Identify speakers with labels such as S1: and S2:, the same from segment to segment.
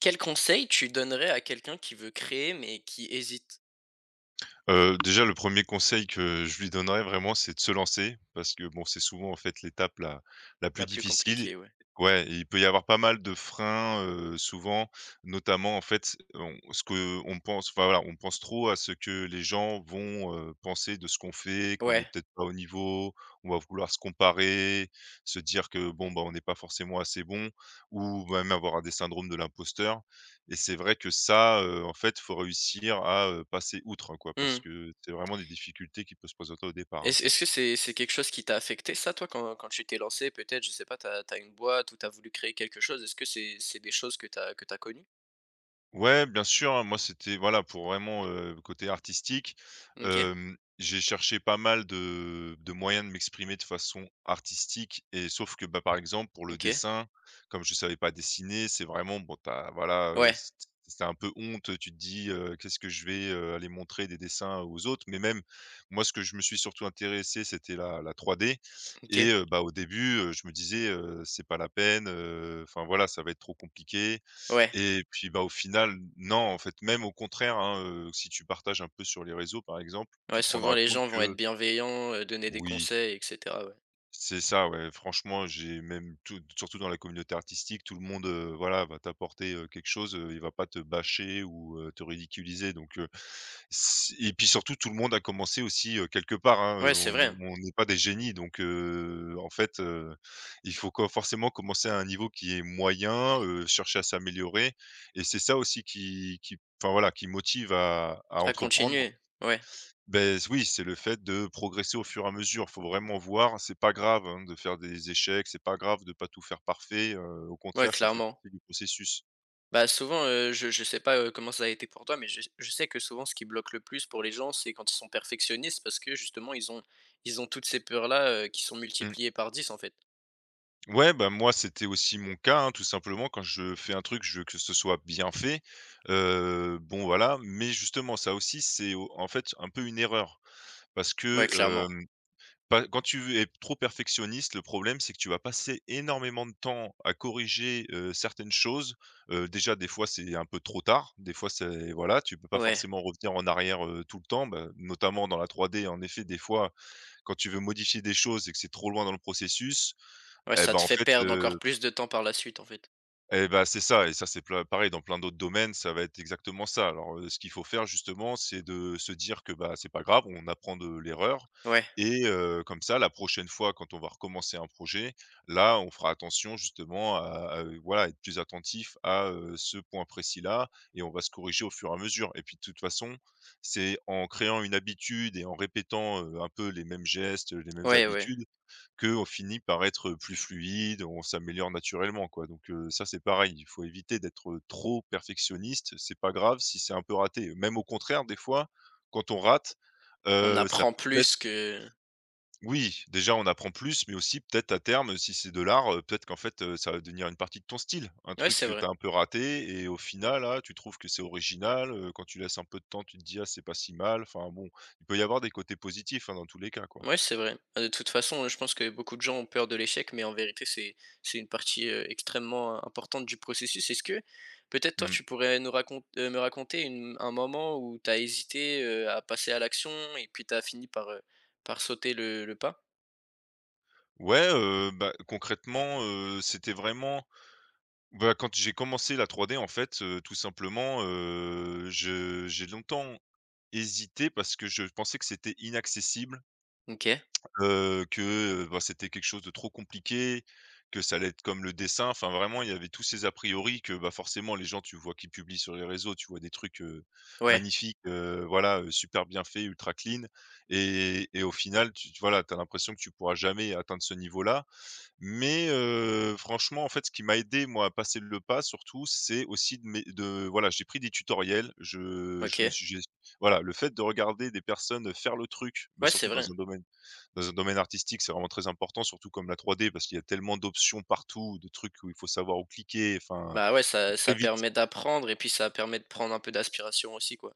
S1: Quel conseil tu donnerais à quelqu'un qui veut créer mais qui hésite?
S2: Déjà le premier conseil que je lui donnerais vraiment, c'est de se lancer parce que bon, c'est souvent en fait l'étape la
S1: La
S2: plus
S1: plus
S2: difficile.
S1: compliquée, ouais.
S2: Ouais, et il peut y avoir pas mal de freins, souvent, notamment en fait, on ce que on pense enfin voilà, on pense trop à ce que les gens vont, penser de ce qu'on fait, qu'on est
S1: Ouais,
S2: peut-être pas au niveau, on va vouloir se comparer, se dire que bon, bah, on n'est pas forcément assez bon ou bah, même avoir un des syndromes de l'imposteur. Et c'est vrai que ça, en fait, faut réussir à, passer outre, hein, quoi, parce
S1: mmh.
S2: que c'est vraiment des difficultés qui peuvent se présenter au départ, hein.
S1: Est-ce que c'est quelque chose qui t'a affecté ça toi quand tu t'es lancé peut-être, je sais pas, t'as as une boîte ou t'as voulu créer quelque chose? Est-ce que c'est des choses que t'as connues?
S2: Ouais, bien sûr, hein, moi, c'était voilà, pour vraiment, côté artistique,
S1: OK,
S2: j'ai cherché pas mal de moyens de m'exprimer de façon artistique et sauf que, bah, par exemple, pour le
S1: OK.
S2: dessin, comme je savais pas dessiner, c'est vraiment bon, T'as voilà,
S1: Ouais,
S2: c'est un peu honte, tu te dis, «Qu'est-ce que je vais, aller montrer des dessins aux autres?» Mais même, moi, ce que je me suis surtout intéressé, c'était la 3D
S1: OK.
S2: et bah, au début, je me disais, «C'est pas la peine, enfin, voilà, ça va être trop compliqué».
S1: Ouais.
S2: Et puis, bah, au final, non, en fait, même au contraire, hein, si tu partages un peu sur les réseaux, par exemple,
S1: Ouais,
S2: tu te
S1: souvent
S2: rendras
S1: les
S2: compte
S1: gens vont être
S2: que
S1: bienveillants, donner des
S2: oui
S1: conseils et cetera, ouais.
S2: c'est ça, ouais. Franchement, j'ai même tout surtout dans la communauté artistique, tout le monde, voilà, va t'apporter, quelque chose, il va pas te bâcher ou, te ridiculiser donc, s et puis surtout tout le monde a commencé aussi, quelque part, hein,
S1: Ouais, c'est
S2: on
S1: vrai, hein.
S2: on n'est pas des génies donc, en fait, il faut co forcément commencer à un niveau qui est moyen, chercher à s'améliorer et c'est ça aussi qui enfin voilà, qui motive à
S1: À
S2: entreprendre
S1: continuer. Ouais,
S2: ben s oui, c'est le fait de progresser au fur et à mesure. Faut vraiment voir, c'est pas grave, hein, de faire des échecs, c'est pas grave de pas tout faire parfait, au
S1: ouais,
S2: contraire, ça fait
S1: clairement.
S2: partie du processus.
S1: Bah, souvent, je sais pas, comment ça a été pour toi, mais je sais que souvent ce qui bloque le plus pour les gens, c'est quand ils sont perfectionnistes parce que justement ils ont toutes ces peurs-là, qui sont
S2: Mmh.
S1: multipliées par dix en fait.
S2: Ouais, bah, moi, c'était aussi mon cas, hein, tout simplement. Quand je fais un truc, je veux que ce soit bien fait, bon, voilà, mais justement, ça aussi, c'est au en fait, un peu une erreur parce
S1: Ouais,
S2: que,
S1: clairement.
S2: bah, quand tu es trop perfectionniste, le problème, c'est que tu vas passer énormément de temps à corriger, certaines choses. Déjà, des fois, c'est un peu trop tard. Des fois, c'est voilà, tu peux pas
S1: Ouais.
S2: forcément revenir en arrière, tout le temps. Bah, notamment dans la 3D, en effet, des fois, quand tu veux modifier des choses et que c'est trop loin dans le processus,
S1: Ouais,
S2: eh
S1: ça
S2: ben,
S1: te
S2: en
S1: fait
S2: fait,
S1: perdre encore plus de temps par la suite en fait.
S2: et ben c'est ça et ça, c'est ple pareil dans plein d'autres domaines, ça va être exactement ça. Alors, ce qu'il faut faire justement, c'est de se dire que, bah, c'est pas grave, on apprend de l'erreur
S1: Ouais,
S2: et comme ça, la prochaine fois quand on va recommencer un projet, là, on fera attention justement à voilà, être plus attentif à, ce point précis-là et on va se corriger au fur et à mesure et puis de toute façon, c'est en créant une habitude et en répétant, un peu les mêmes gestes, les mêmes
S1: ouais, ouais.
S2: habitudes qu'on finit par être plus fluide, on s'améliore naturellement, quoi. Donc, ça, c'est pareil, il faut éviter d'être trop perfectionniste. C'est pas grave si c'est un peu raté. Même au contraire, des fois, quand on rate,
S1: On
S2: ça
S1: apprend
S2: peut peut-être
S1: plus que
S2: oui, déjà, on apprend plus, mais aussi peut-être à terme, si c'est de l'art, peut-être qu'en fait, ça va devenir une partie de ton style. Un
S1: ouais,
S2: truc
S1: c'est
S2: que tu
S1: vrai.
S2: as un peu raté et au final, là, tu trouves que c'est original, quand tu laisses un peu de temps, tu te dis: «Ah, c'est pas si mal». Enfin bon, il peut y avoir des côtés positifs, hein, dans tous les cas, quoi.
S1: Ouais, c'est vrai. De toute façon, je pense que beaucoup de gens ont peur de l'échec, mais en vérité, c'est une partie, extrêmement importante du processus. Est-ce que peut-être toi,
S2: Mmh.
S1: tu pourrais me raconter une un moment où tu as hésité, à passer à l'action et puis tu as fini par, par sauter le pas?
S2: Ouais, bah, concrètement, c'était vraiment bah, quand j'ai commencé la 3D en fait, tout simplement, je j'ai longtemps hésité parce que je pensais que c'était inaccessible,
S1: OK.
S2: que, bah, c'était quelque chose de trop compliqué, que ça allait être comme le dessin. Enfin vraiment, il y avait tous ces a priori que, bah, forcément les gens tu vois qui publient sur les réseaux, tu vois des trucs,
S1: Ouais,
S2: magnifiques, voilà, super bien faits, ultra clean et au final tu voilà, t'as l'impression que tu pourras jamais atteindre ce niveau-là mais franchement, en fait, ce qui m'a aidé, moi, à passer le pas surtout, c'est aussi de mes de voilà, j'ai pris des tutoriels, je me
S1: OK.
S2: suis j'ai voilà, le fait de regarder des personnes faire le truc, bah,
S1: Ouais, c'est
S2: surtout dans
S1: vrai.
S2: un domaine artistique, c'est vraiment très important, surtout comme la 3D parce qu'il y a tellement d'options partout, de trucs où il faut savoir où cliquer, enfin,
S1: Bah, ouais,
S2: tu
S1: ça
S2: très
S1: ça
S2: vite.
S1: permet d'apprendre et puis ça permet de prendre un peu d'aspiration aussi, quoi.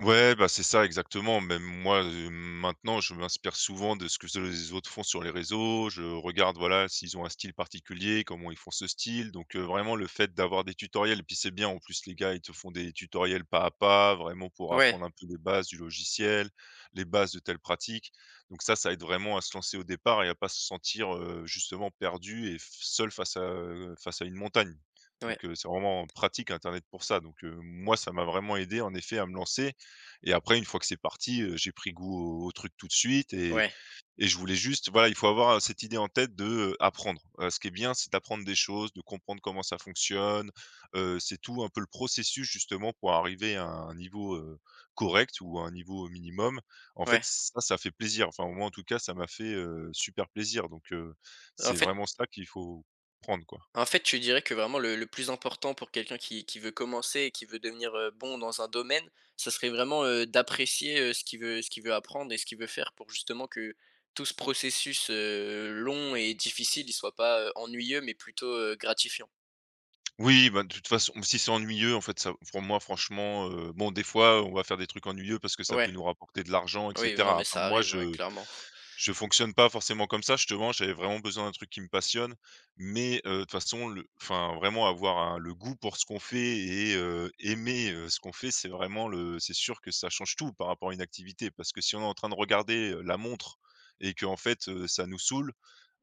S2: Ouais, bah, c'est ça exactement. Même moi, maintenant, je m'inspire souvent de ce que les autres font sur les réseaux. Je regarde, voilà, s'ils ont un style particulier, comment ils font ce style. Donc, vraiment le fait d'avoir des tutoriels et puis c'est bien en plus les gars, ils te font des tutoriels pas à pas, vraiment pour
S1: Ouais,
S2: apprendre un peu les bases du logiciel, les bases de telle pratique. Donc ça aide vraiment à se lancer au départ et à pas se sentir, justement perdu et f seul face à, face à une montagne.
S1: ouais,
S2: Donc, c'est vraiment pratique internet pour ça. Donc, moi, ça m'a vraiment aidé en effet à me lancer et après une fois que c'est parti, j'ai pris goût au truc tout de suite et
S1: ouais,
S2: et je voulais juste voilà, il faut avoir, cette idée en tête de, apprendre. Ce qui est bien, c'est d'apprendre des choses, de comprendre comment ça fonctionne. C'est tout un peu le processus justement pour arriver à un niveau, correct ou à un niveau minimum. En fait,
S1: ouais.
S2: ça fait plaisir. Enfin, moi en tout cas, ça m'a fait, super plaisir donc
S1: En
S2: c'est
S1: fait
S2: vraiment ça qu'il faut prendre, quoi.
S1: En fait, tu dirais que vraiment le plus important pour quelqu'un qui veut commencer et qui veut devenir, bon dans un domaine, ça serait vraiment, d'apprécier, ce qu'il veut apprendre et ce qu'il veut faire pour justement que tout ce processus, long et difficile, il soit pas, ennuyeux, mais plutôt, gratifiant.
S2: Oui, bah, de toute façon, si c'est ennuyeux, en fait, ça pour moi, franchement, bon, des fois, on va faire des trucs ennuyeux parce que ça
S1: Ouais,
S2: peut nous rapporter de l'argent, et
S1: oui, non,
S2: cetera.
S1: mais
S2: Enfin,
S1: ça
S2: moi,
S1: arrive, ouais,
S2: je
S1: clairement.
S2: je fonctionne pas forcément comme ça, justement, j'avais vraiment besoin d'un truc qui me passionne, mais de toute façon, le enfin, vraiment avoir un le goût pour ce qu'on fait et aimer, ce qu'on fait, c'est vraiment le c'est sûr que ça change tout par rapport à une activité. Parce que si on est en train de regarder, la montre et que en fait, ça nous saoule,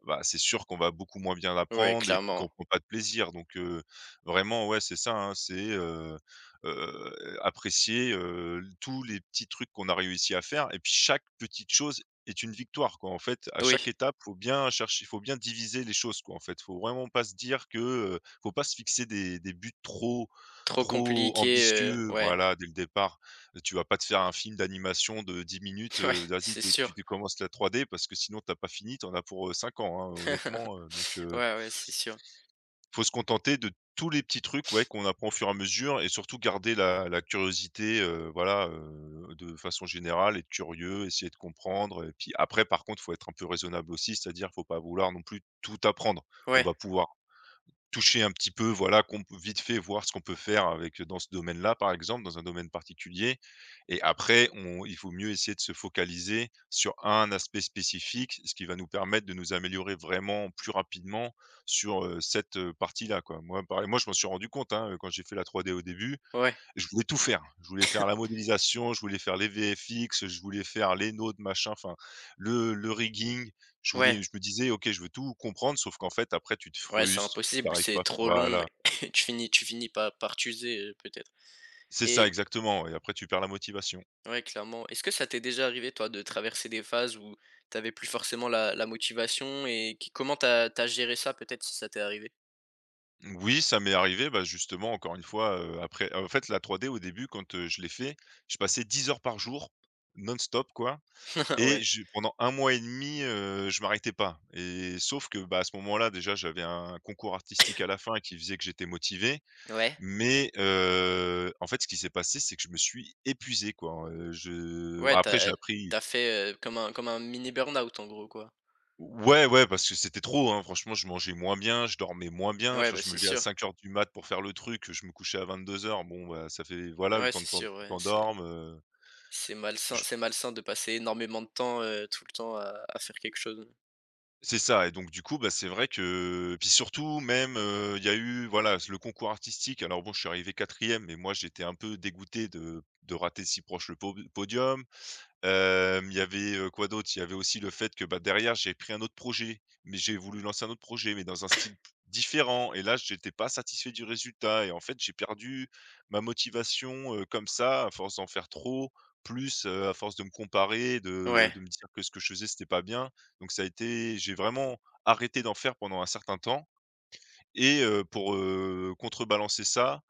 S2: bah, c'est sûr qu'on va beaucoup moins bien
S1: Ouais,
S2: l'apprendre et puis
S1: clairement.
S2: qu'on prend pas de plaisir donc vraiment, ouais, c'est ça, hein, c'est, apprécier, tous les petits trucs qu'on a réussi à faire et puis chaque petite chose est une victoire, quoi. En fait, à
S1: Oui,
S2: chaque étape, faut bien chercher faut bien diviser les choses, quoi, en fait. Faut vraiment pas se dire que, faut pas se fixer des buts trop
S1: trop
S2: trop
S1: compliqué,
S2: ambitieux,
S1: ouais,
S2: voilà, dès le départ. Tu vas pas te faire un film d'animation de 10 minutes,
S1: ouais,
S2: vas-y
S1: c'est
S2: dès que tu
S1: sûr.
S2: tu commences la 3D parce que sinon t'as pas fini, T'en as pour, 5 ans, hein, honnêtement, donc
S1: Ouais, ouais, c'est sûr.
S2: faut se contenter de tous les petits trucs, ouais, qu'on apprend au fur et à mesure et surtout garder la curiosité, voilà, de façon générale, être curieux, essayer de comprendre et puis après par contre, faut être un peu raisonnable aussi, c'est-à-dire faut pas vouloir non plus tout apprendre. On
S1: Ouais,
S2: va pouvoir toucher un petit peu, voilà, qu'on peut vite fait voir ce qu'on peut faire avec dans ce domaine-là, par exemple, dans un domaine particulier et après on il faut mieux essayer de se focaliser sur un aspect spécifique, ce qui va nous permettre de nous améliorer vraiment plus rapidement sur, cette, partie-là, quoi. Moi, pareil moi, je m'en suis rendu compte, hein, quand j'ai fait la 3D au début,
S1: ouais,
S2: je voulais tout faire. Je voulais faire la modélisation, je voulais faire les VFX, je voulais faire les nodes, machin, enfin, le rigging. Je
S1: ouais.
S2: voulais je me disais: «OK, je veux tout comprendre», sauf qu'en fait, après, tu te
S1: Ouais, c'est
S2: frustres,
S1: impossible,
S2: t'arrives
S1: c'est
S2: pas enfin,
S1: trop long
S2: voilà.
S1: et tu finis par t'user, peut-être
S2: C'est ça,
S1: et
S2: exactement, et après, tu perds la motivation.
S1: ouais, clairement. Est-ce que ça t'est déjà arrivé, toi, de traverser des phases où t'avais plus forcément la motivation et qui comment t'as géré ça, peut-être, si ça t'est arrivé?
S2: Oui, ça m'est arrivé, bah, justement, encore une fois, après en fait, la 3D, au début, quand, je l'ai fait, je passais 10 heures par jour, non-stop, quoi. Et
S1: Ouais.
S2: je pendant un mois et demi, 2 je m'arrêtais pas. Et sauf que, bah, à ce moment-là, déjà, j'avais un concours artistique à la fin qui faisait que j'étais motivé.
S1: Ouais.
S2: Mais, en fait, ce qui s'est passé, c'est que je me suis épuisé, quoi, je
S1: Ouais,
S2: après j'ai
S1: t'as
S2: appris.
S1: t'as fait, comme un mini burn-out, en gros, quoi.
S2: Ouais, ouais, parce que c'était trop, hein. Franchement, je mangeais moins bien, je dormais moins bien.
S1: Ouais,
S2: Enfin,
S1: bah,
S2: je me
S1: c'est
S2: levais à
S1: sûr.
S2: 5 heures du mat pour faire le truc, je me couchais à 22 heures. Bon, bah, ça fait voilà, le
S1: Ouais,
S2: temps
S1: c'est
S2: de tu en
S1: sûr, ouais, c'est
S2: t'endormes,
S1: c'est malsain c'est malsain de passer énormément de temps, tout le temps à faire quelque chose.
S2: C'est ça. Et donc du coup, bah, c'est vrai que puis surtout même, il y a eu voilà, le concours artistique, alors bon, je suis arrivé quatrième, mais moi j'étais un peu dégoûté de rater si proche le po podium. Hem, il y avait, quoi d'autre? Il y avait aussi le fait que, bah, derrière, j'ai pris un autre projet, mais j'ai voulu lancer un autre projet, mais dans un style p différent, et là, j'étais pas satisfait du résultat, et en fait, j'ai perdu ma motivation, comme ça, à force d'en faire trop, plus, à force de me comparer, de
S1: Ouais,
S2: me dire que ce que je faisais, c'était pas bien. Donc ça a été, j'ai vraiment arrêté d'en faire pendant un certain temps, et pour, contrebalancer ça,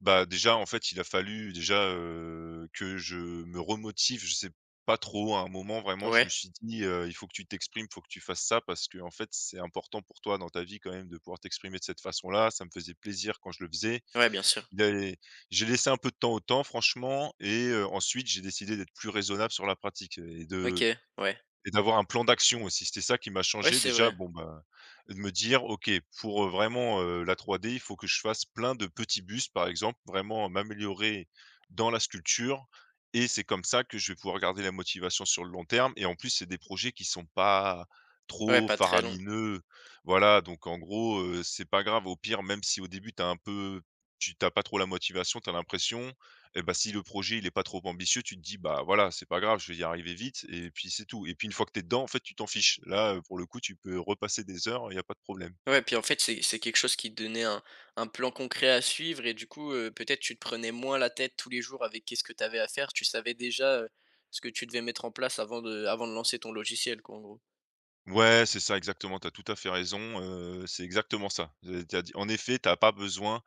S2: bah, déjà, en fait, il a fallu déjà, que je me remotive. Je sais pas trop, à un moment vraiment je me
S1: ouais,
S2: suis dit: «Il faut que tu t'exprimes, il faut que tu fasses ça parce que en fait c'est important pour toi dans ta vie quand même de pouvoir t'exprimer de cette façon-là». Ça me faisait plaisir quand je le faisais.
S1: ouais, bien sûr.
S2: Il allait j'ai laissé un peu de temps au temps, franchement, et ensuite j'ai décidé d'être plus raisonnable sur la pratique et
S1: OK,
S2: de
S1: ouais.
S2: et d'avoir un plan d'action aussi. C'était ça qui m'a
S1: Ouais,
S2: changé.
S1: c'est
S2: Déjà,
S1: vrai.
S2: bon, bah, de me dire: «OK, pour, vraiment, la 3D, il faut que je fasse plein de petits bus, par exemple, vraiment m'améliorer dans la sculpture, et c'est comme ça que je vais pouvoir garder la motivation sur le long terme». Et en plus, c'est des projets qui sont pas
S1: Ouais,
S2: trop
S1: pas très long.
S2: faramineux. Voilà, donc en gros, c'est pas grave. Au pire, même si au début, tu as un peu tu t'as pas trop la motivation, tu as l'impression, et bah, si le projet il est pas trop ambitieux, tu te dis: «Bah, voilà, c'est pas grave, je vais y arriver vite» et puis c'est tout. Et puis une fois que tu es dedans, en fait, tu t'en fiches. Là, pour le coup, tu peux repasser des heures, il y a pas de problème.
S1: Ouais, puis en fait, c'est quelque chose qui te donnait un plan concret à suivre et du coup, peut-être tu te prenais moins la tête tous les jours avec qu'est-ce que tu avais à faire. Tu savais déjà, ce que tu devais mettre en place avant de lancer ton logiciel quoi, en gros.
S2: Ouais, c'est ça exactement, tu as tout à fait raison, c'est exactement ça. Tu dit en effet, tu as pas besoin.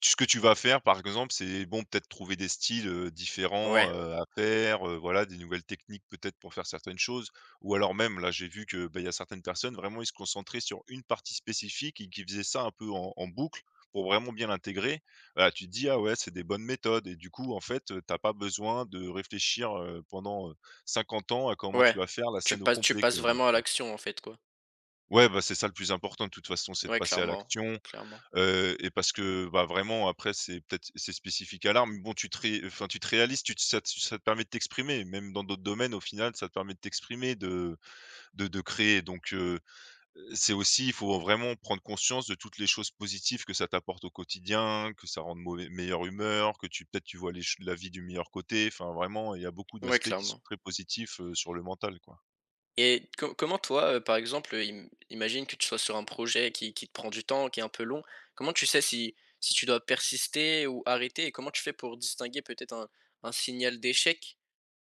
S2: Ce que tu vas faire, par exemple, c'est bon, peut-être trouver des styles, différents,
S1: Ouais,
S2: à faire, voilà, des nouvelles techniques peut-être pour faire certaines choses, ou alors même là, j'ai vu que, bah, il y a certaines personnes vraiment, ils se concentraient sur une partie spécifique et qui faisaient ça un peu en boucle pour vraiment bien l'intégrer. Voilà, tu te dis: «Ah ouais, c'est des bonnes méthodes». Et du coup, en fait, tu pas besoin de réfléchir, pendant 50 ans à comment
S1: ouais.
S2: tu vas faire la
S1: Tu
S2: scène au
S1: passes tu
S2: complet,
S1: passes
S2: quoi. Donc
S1: vraiment à l'action en fait quoi.
S2: ouais, bah, c'est ça le plus important de toute façon, c'est de
S1: Ouais,
S2: passer à
S1: clairement,
S2: l'action.
S1: clairement.
S2: Et parce que, bah, vraiment après c'est peut-être c'est spécifique à l'art, mais bon tu te ré enfin tu te réalises, tu te ça te ça te permet de t'exprimer, même dans d'autres domaines au final ça te permet de t'exprimer, de créer. Donc c'est aussi il faut vraiment prendre conscience de toutes les choses positives que ça t'apporte au quotidien, que ça rend de mauvais meilleure humeur, que tu peut-être tu vois les ch la vie du meilleur côté, enfin vraiment il y a beaucoup
S1: Ouais,
S2: d'aspects qui sont
S1: clairement.
S2: très positifs, sur le mental, quoi.
S1: Et co comment toi, par exemple, im imagine que tu sois sur un projet qui te prend du temps, qui est un peu long. Comment tu sais si si tu dois persister ou arrêter? Et comment tu fais pour distinguer peut-être un signal d'échec,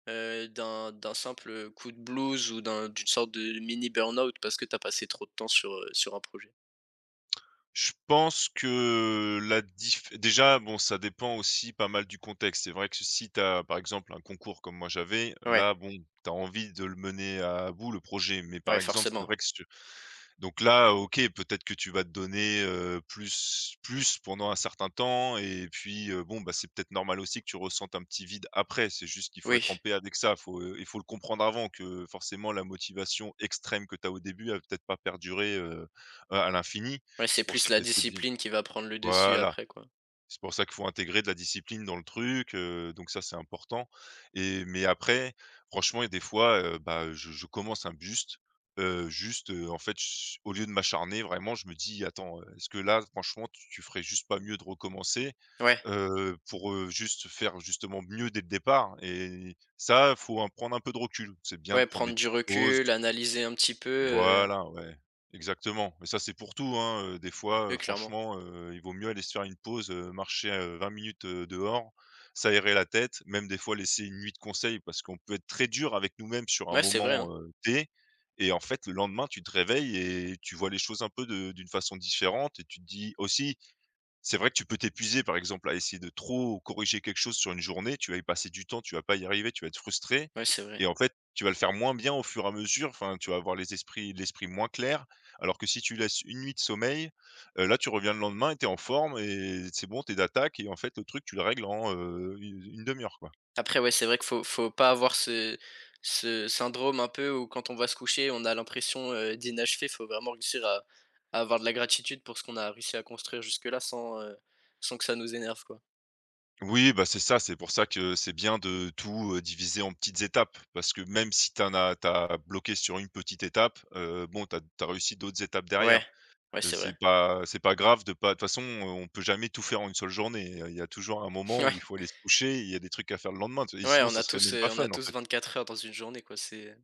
S1: d'un d'un simple, coup de blues ou d'un d'une sorte de mini burn-out parce que tu as passé trop de temps sur, sur un projet?
S2: Je pense que la diff déjà, bon, ça dépend aussi pas mal du contexte. C'est vrai que si tu as, par exemple, un concours comme moi j'avais,
S1: Ouais,
S2: là, bon, tu as envie de le mener à bout, le projet. Mais
S1: ouais,
S2: par exemple, c'est
S1: forcément.
S2: vrai que si donc là, OK, peut-être que tu vas te donner, plus pendant un certain temps, et puis, bon, bah, c'est peut-être normal aussi que tu ressentes un petit vide après. C'est juste qu'il faut être en
S1: Oui,
S2: paix avec ça. Faut, il faut le comprendre avant que forcément la motivation extrême que tu as au début, elle va peut-être pas perdurer, à l'infini.
S1: ouais, c'est
S2: C'est pour
S1: plus
S2: ça
S1: la
S2: que c'est bien
S1: discipline qui va prendre le dessus
S2: voilà.
S1: après, quoi.
S2: C'est pour ça qu'il faut intégrer de la discipline dans le truc, donc ça, c'est important. Et mais après, franchement, il y a des fois, bah, je commence un buste, juste, en fait, ch au lieu de m'acharner vraiment, je me dis: «Attends, est-ce que là, franchement, tu ferais juste pas mieux de recommencer,
S1: Ouais,
S2: pour, juste faire justement mieux dès le départ?». Et ça, faut en prendre un peu de recul. C'est bien de
S1: ouais,
S2: prendre des
S1: prendre du
S2: petites pauses.
S1: recul, analyser un petit peu,
S2: Voilà, ouais, exactement. Mais ça, c'est pour tout, hein, des fois,
S1: oui, clairement.
S2: franchement, il vaut mieux aller se faire une pause, marcher, 20 minutes, dehors, s'aérer la tête, même des fois laisser une nuit de conseil parce qu'on peut être très dur avec nous-mêmes sur un
S1: Ouais, c'est vrai,
S2: moment,
S1: hein.
S2: T et en fait, le lendemain, tu te réveilles et tu vois les choses un peu de d'une façon différente. Et tu te dis aussi c'est vrai que tu peux t'épuiser, par exemple, à essayer de trop corriger quelque chose sur une journée, tu vas y passer du temps, tu vas pas y arriver, tu vas être frustré,
S1: Ouais, c'est
S2: et
S1: vrai.
S2: en fait, tu vas le faire moins bien au fur et à mesure, enfin, tu vas avoir les esprits l'esprit moins clair, alors que si tu laisses une nuit de sommeil, là, tu reviens le lendemain et tu es en forme et c'est bon, tu es d'attaque. Et en fait, le truc, tu le règles en, u une demi heure, quoi.
S1: Après, ouais, c'est vrai qu'il faut faut pas avoir ce ce syndrome un peu où quand on va se coucher, on a l'impression, d'inachevé. Il Faut vraiment réussir à avoir de la gratitude pour ce qu'on a réussi à construire jusque-là sans, sans que ça nous énerve, quoi.
S2: Oui, bah, c'est ça, c'est pour ça que c'est bien de tout, diviser en petites étapes parce que même si t'en as tu bloqué sur une petite étape, bon, t'as as réussi d'autres étapes
S1: Ouais,
S2: derrière.
S1: ouais, c'est vrai.
S2: C'est pas grave de pas. De toute façon, on peut jamais tout faire en une seule journée. Il y a toujours un moment
S1: Ouais,
S2: où il faut aller se coucher, il y a des trucs à faire le lendemain, tu. Et
S1: ouais,
S2: sinon
S1: on
S2: ça
S1: a
S2: serait
S1: tous,
S2: même
S1: heu,
S2: pas
S1: on a
S2: fun, en
S1: tous
S2: fait.
S1: 24 heures dans une journée, quoi, c'est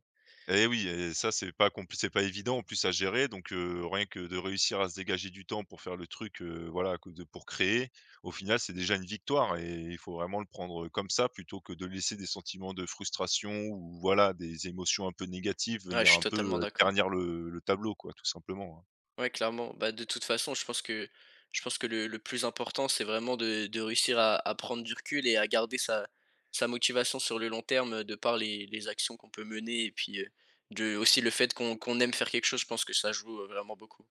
S2: Et oui, et ça c'est pas compli c'est pas évident en plus à gérer. Donc rien que de réussir à se dégager du temps pour faire le truc, voilà, que de pour créer, au final c'est déjà une victoire, et il faut vraiment le prendre comme ça plutôt que de laisser des sentiments de frustration, ou voilà, des émotions un peu négatives
S1: ouais, je
S2: venir
S1: suis
S2: un peu,
S1: totalement d'accord.
S2: ternir le tableau, quoi, tout simplement, hein.
S1: Ouais, clairement. Bah, de toute façon, je pense que le plus important, c'est vraiment de réussir à prendre du recul et à garder sa, sa motivation sur le long terme de par les actions qu'on peut mener et puis de, aussi le fait qu'on qu'on aime faire quelque chose, je pense que ça joue vraiment beaucoup.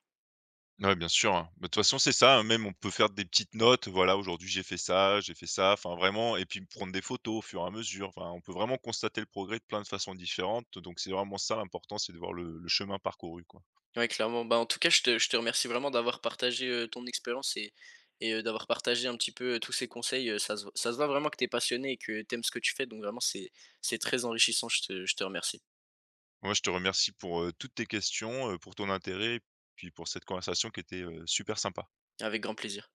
S2: Ouais, bien sûr, hein. Bah, de toute façon, c'est ça, hein, même on peut faire des petites notes, voilà, aujourd'hui j'ai fait ça, enfin vraiment, et puis prendre des photos au fur et à mesure. Enfin, on peut vraiment constater le progrès de plein de façons différentes. Donc c'est vraiment ça l'important, c'est de voir le chemin parcouru, quoi.
S1: Ouais, clairement. Bah, en tout cas, je te remercie vraiment d'avoir partagé ton expérience et d'avoir partagé un petit peu tous ces conseils. Ça se voit vraiment que tu es passionné et que tu aimes ce que tu fais, donc vraiment, c'est très enrichissant. Je te remercie.
S2: Moi, je te remercie pour toutes tes questions, pour ton intérêt, puis pour cette conversation qui était super sympa.
S1: Avec grand plaisir.